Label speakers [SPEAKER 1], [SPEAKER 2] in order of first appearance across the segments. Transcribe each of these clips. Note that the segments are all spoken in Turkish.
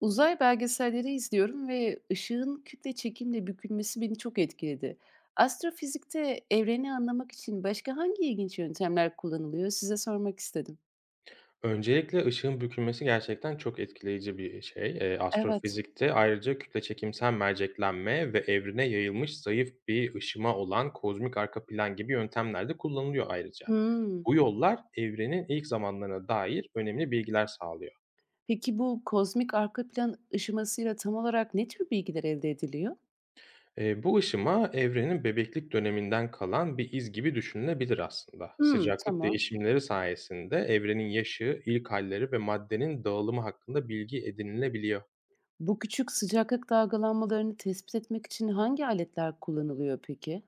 [SPEAKER 1] Uzay belgeselleri izliyorum ve ışığın kütle çekimle bükülmesi beni çok etkiledi. Astrofizikte evreni anlamak için başka hangi ilginç yöntemler kullanılıyor? Size sormak istedim.
[SPEAKER 2] Öncelikle ışığın bükülmesi gerçekten çok etkileyici bir şey.
[SPEAKER 1] Evet.
[SPEAKER 2] Astrofizikte ayrıca kütle çekimsel merceklenme ve evrene yayılmış zayıf bir ışıma olan kozmik arka plan gibi yöntemler de kullanılıyor ayrıca.
[SPEAKER 1] Hmm.
[SPEAKER 2] Bu yollar evrenin ilk zamanlarına dair önemli bilgiler sağlıyor.
[SPEAKER 1] Peki bu kozmik arka plan ışımasıyla tam olarak ne tür bilgiler elde ediliyor?
[SPEAKER 2] Bu ışıma evrenin bebeklik döneminden kalan bir iz gibi düşünülebilir aslında.
[SPEAKER 1] Hmm,
[SPEAKER 2] Sıcaklık
[SPEAKER 1] tamam.
[SPEAKER 2] değişimleri sayesinde evrenin yaşı, ilk halleri ve maddenin dağılımı hakkında bilgi edinilebiliyor.
[SPEAKER 1] Bu küçük sıcaklık dalgalanmalarını tespit etmek için hangi aletler kullanılıyor peki?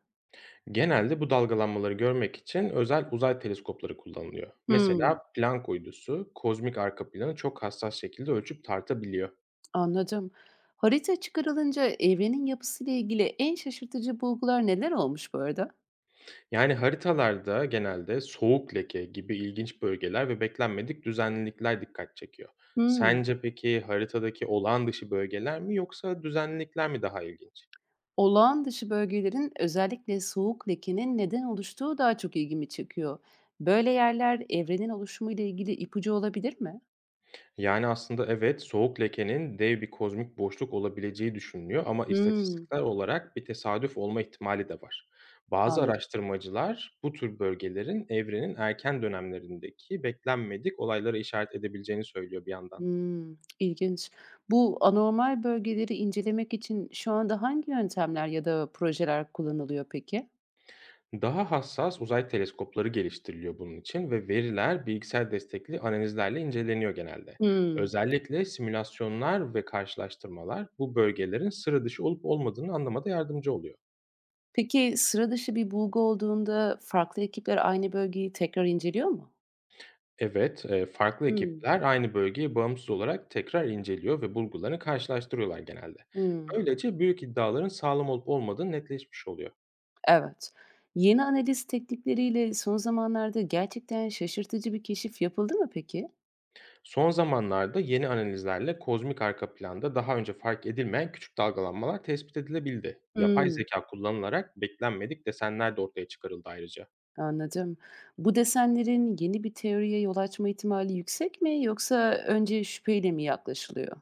[SPEAKER 2] Genelde bu dalgalanmaları görmek için özel uzay teleskopları kullanılıyor. Mesela
[SPEAKER 1] Hmm.
[SPEAKER 2] Planck uydusu kozmik arka planı çok hassas şekilde ölçüp tartabiliyor.
[SPEAKER 1] Anladım. Harita çıkarılınca evrenin yapısıyla ilgili en şaşırtıcı bulgular neler olmuş bu arada?
[SPEAKER 2] Yani haritalarda genelde soğuk leke gibi ilginç bölgeler ve beklenmedik düzenlilikler dikkat çekiyor.
[SPEAKER 1] Hmm.
[SPEAKER 2] Sence peki haritadaki olağan dışı bölgeler mi yoksa düzenlilikler mi daha ilginç?
[SPEAKER 1] Olağan dışı bölgelerin, özellikle soğuk lekenin neden oluştuğu daha çok ilgimi çekiyor. Böyle yerler evrenin oluşumuyla ilgili ipucu olabilir mi?
[SPEAKER 2] Yani, aslında evet, soğuk lekenin dev bir kozmik boşluk olabileceği düşünülüyor ama
[SPEAKER 1] Hmm.
[SPEAKER 2] istatistikler olarak bir tesadüf olma ihtimali de var. Bazı
[SPEAKER 1] Anladım.
[SPEAKER 2] araştırmacılar bu tür bölgelerin evrenin erken dönemlerindeki beklenmedik olaylara işaret edebileceğini söylüyor bir yandan.
[SPEAKER 1] Hmm. İlginç. Bu anormal bölgeleri incelemek için şu anda hangi yöntemler ya da projeler kullanılıyor peki?
[SPEAKER 2] Daha hassas uzay teleskopları geliştiriliyor bunun için ve veriler bilgisayar destekli analizlerle inceleniyor genelde.
[SPEAKER 1] Hmm.
[SPEAKER 2] Özellikle simülasyonlar ve karşılaştırmalar bu bölgelerin sıra dışı olup olmadığını anlamada yardımcı oluyor.
[SPEAKER 1] Peki, sıra dışı bir bulgu olduğunda farklı ekipler aynı bölgeyi tekrar inceliyor mu?
[SPEAKER 2] Evet, farklı
[SPEAKER 1] Hımm.
[SPEAKER 2] ekipler aynı bölgeyi bağımsız olarak tekrar inceliyor ve bulgularını karşılaştırıyorlar genelde.
[SPEAKER 1] Hımm.
[SPEAKER 2] Böylece büyük iddiaların sağlam olup olmadığı netleşmiş oluyor.
[SPEAKER 1] Evet. Yeni analiz teknikleriyle son zamanlarda gerçekten şaşırtıcı bir keşif yapıldı mı peki?
[SPEAKER 2] Son zamanlarda yeni analizlerle kozmik arka planda daha önce fark edilmeyen küçük dalgalanmalar tespit edilebildi. Yapay
[SPEAKER 1] Hımm.
[SPEAKER 2] zeka kullanılarak beklenmedik desenler de ortaya çıkarıldı ayrıca.
[SPEAKER 1] Anladım. Bu desenlerin yeni bir teoriye yol açma ihtimali yüksek mi, yoksa önce şüpheyle mi yaklaşılıyor?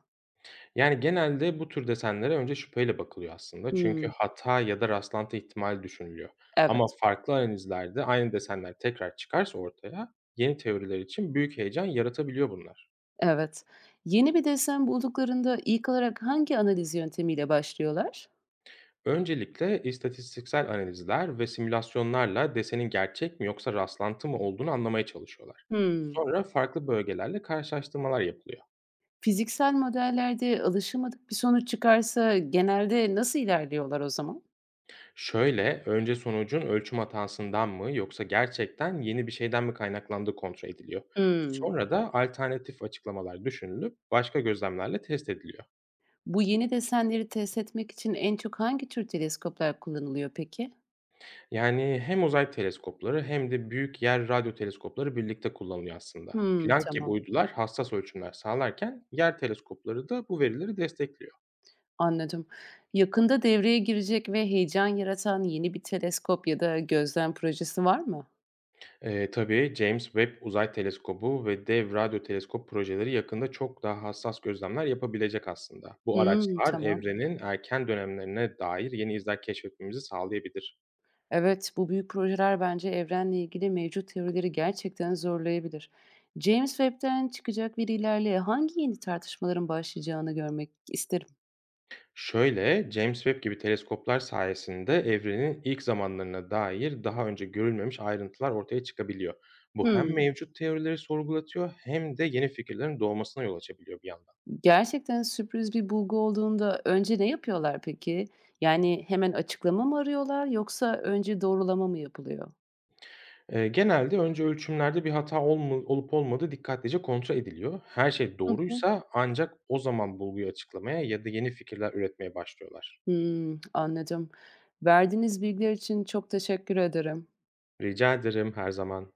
[SPEAKER 2] Yani, genelde bu tür desenlere önce şüpheyle bakılıyor aslında. Çünkü
[SPEAKER 1] Hımm.
[SPEAKER 2] hata ya da rastlantı ihtimali düşünülüyor. Ama
[SPEAKER 1] Evet.
[SPEAKER 2] farklı analizlerde aynı desenler tekrar çıkarsa ortaya, yeni teoriler için büyük heyecan yaratabiliyor bunlar.
[SPEAKER 1] Evet. Yeni bir desen bulduklarında ilk olarak hangi analiz yöntemiyle başlıyorlar?
[SPEAKER 2] Öncelikle istatistiksel analizler ve simülasyonlarla desenin gerçek mi yoksa rastlantı mı olduğunu anlamaya çalışıyorlar.
[SPEAKER 1] Hımm.
[SPEAKER 2] Sonra farklı bölgelerle karşılaştırmalar yapılıyor.
[SPEAKER 1] Fiziksel modellerde alışılmadık bir sonuç çıkarsa genelde nasıl ilerliyorlar o zaman?
[SPEAKER 2] Şöyle, önce sonucun ölçüm hatasından mı yoksa gerçekten yeni bir şeyden mi kaynaklandığı kontrol ediliyor.
[SPEAKER 1] Hımm.
[SPEAKER 2] Sonra da alternatif açıklamalar düşünülüp başka gözlemlerle test ediliyor.
[SPEAKER 1] Bu yeni desenleri test etmek için en çok hangi tür teleskoplar kullanılıyor peki?
[SPEAKER 2] Yani hem uzay teleskopları hem de büyük yer radyo teleskopları birlikte kullanılıyor aslında.
[SPEAKER 1] Hımm,
[SPEAKER 2] Planck gibi
[SPEAKER 1] tamam,
[SPEAKER 2] uydular hassas ölçümler sağlarken yer teleskopları da bu verileri destekliyor.
[SPEAKER 1] anladım. Yakında devreye girecek ve heyecan yaratan yeni bir teleskop ya da gözlem projesi var mı?
[SPEAKER 2] Tabii James Webb Uzay Teleskobu ve Dev Radyo Teleskop projeleri yakında çok daha hassas gözlemler yapabilecek aslında. Bu
[SPEAKER 1] Hımm,
[SPEAKER 2] araçlar
[SPEAKER 1] tamam.
[SPEAKER 2] evrenin erken dönemlerine dair yeni izler keşfetmemizi sağlayabilir.
[SPEAKER 1] Evet, bu büyük projeler bence evrenle ilgili mevcut teorileri gerçekten zorlayabilir. James Webb'den çıkacak verilerle hangi yeni tartışmaların başlayacağını görmek isterim.
[SPEAKER 2] Şöyle, James Webb gibi teleskoplar sayesinde evrenin ilk zamanlarına dair daha önce görülmemiş ayrıntılar ortaya çıkabiliyor. Bu hem
[SPEAKER 1] Hımm.
[SPEAKER 2] mevcut teorileri sorgulatıyor hem de yeni fikirlerin doğmasına yol açabiliyor bir yandan.
[SPEAKER 1] Gerçekten sürpriz bir bulgu olduğunda önce ne yapıyorlar peki? Yani, hemen açıklama mı arıyorlar, yoksa önce doğrulama mı yapılıyor?
[SPEAKER 2] Genelde önce ölçümlerde bir hata olma olup olmadığı dikkatlice kontrol ediliyor. Her şey
[SPEAKER 1] Hı hı.
[SPEAKER 2] doğruysa ancak o zaman bulguyu açıklamaya ya da yeni fikirler üretmeye başlıyorlar.
[SPEAKER 1] Hımm, anladım. Verdiğiniz bilgiler için çok teşekkür ederim.
[SPEAKER 2] Rica ederim, her zaman.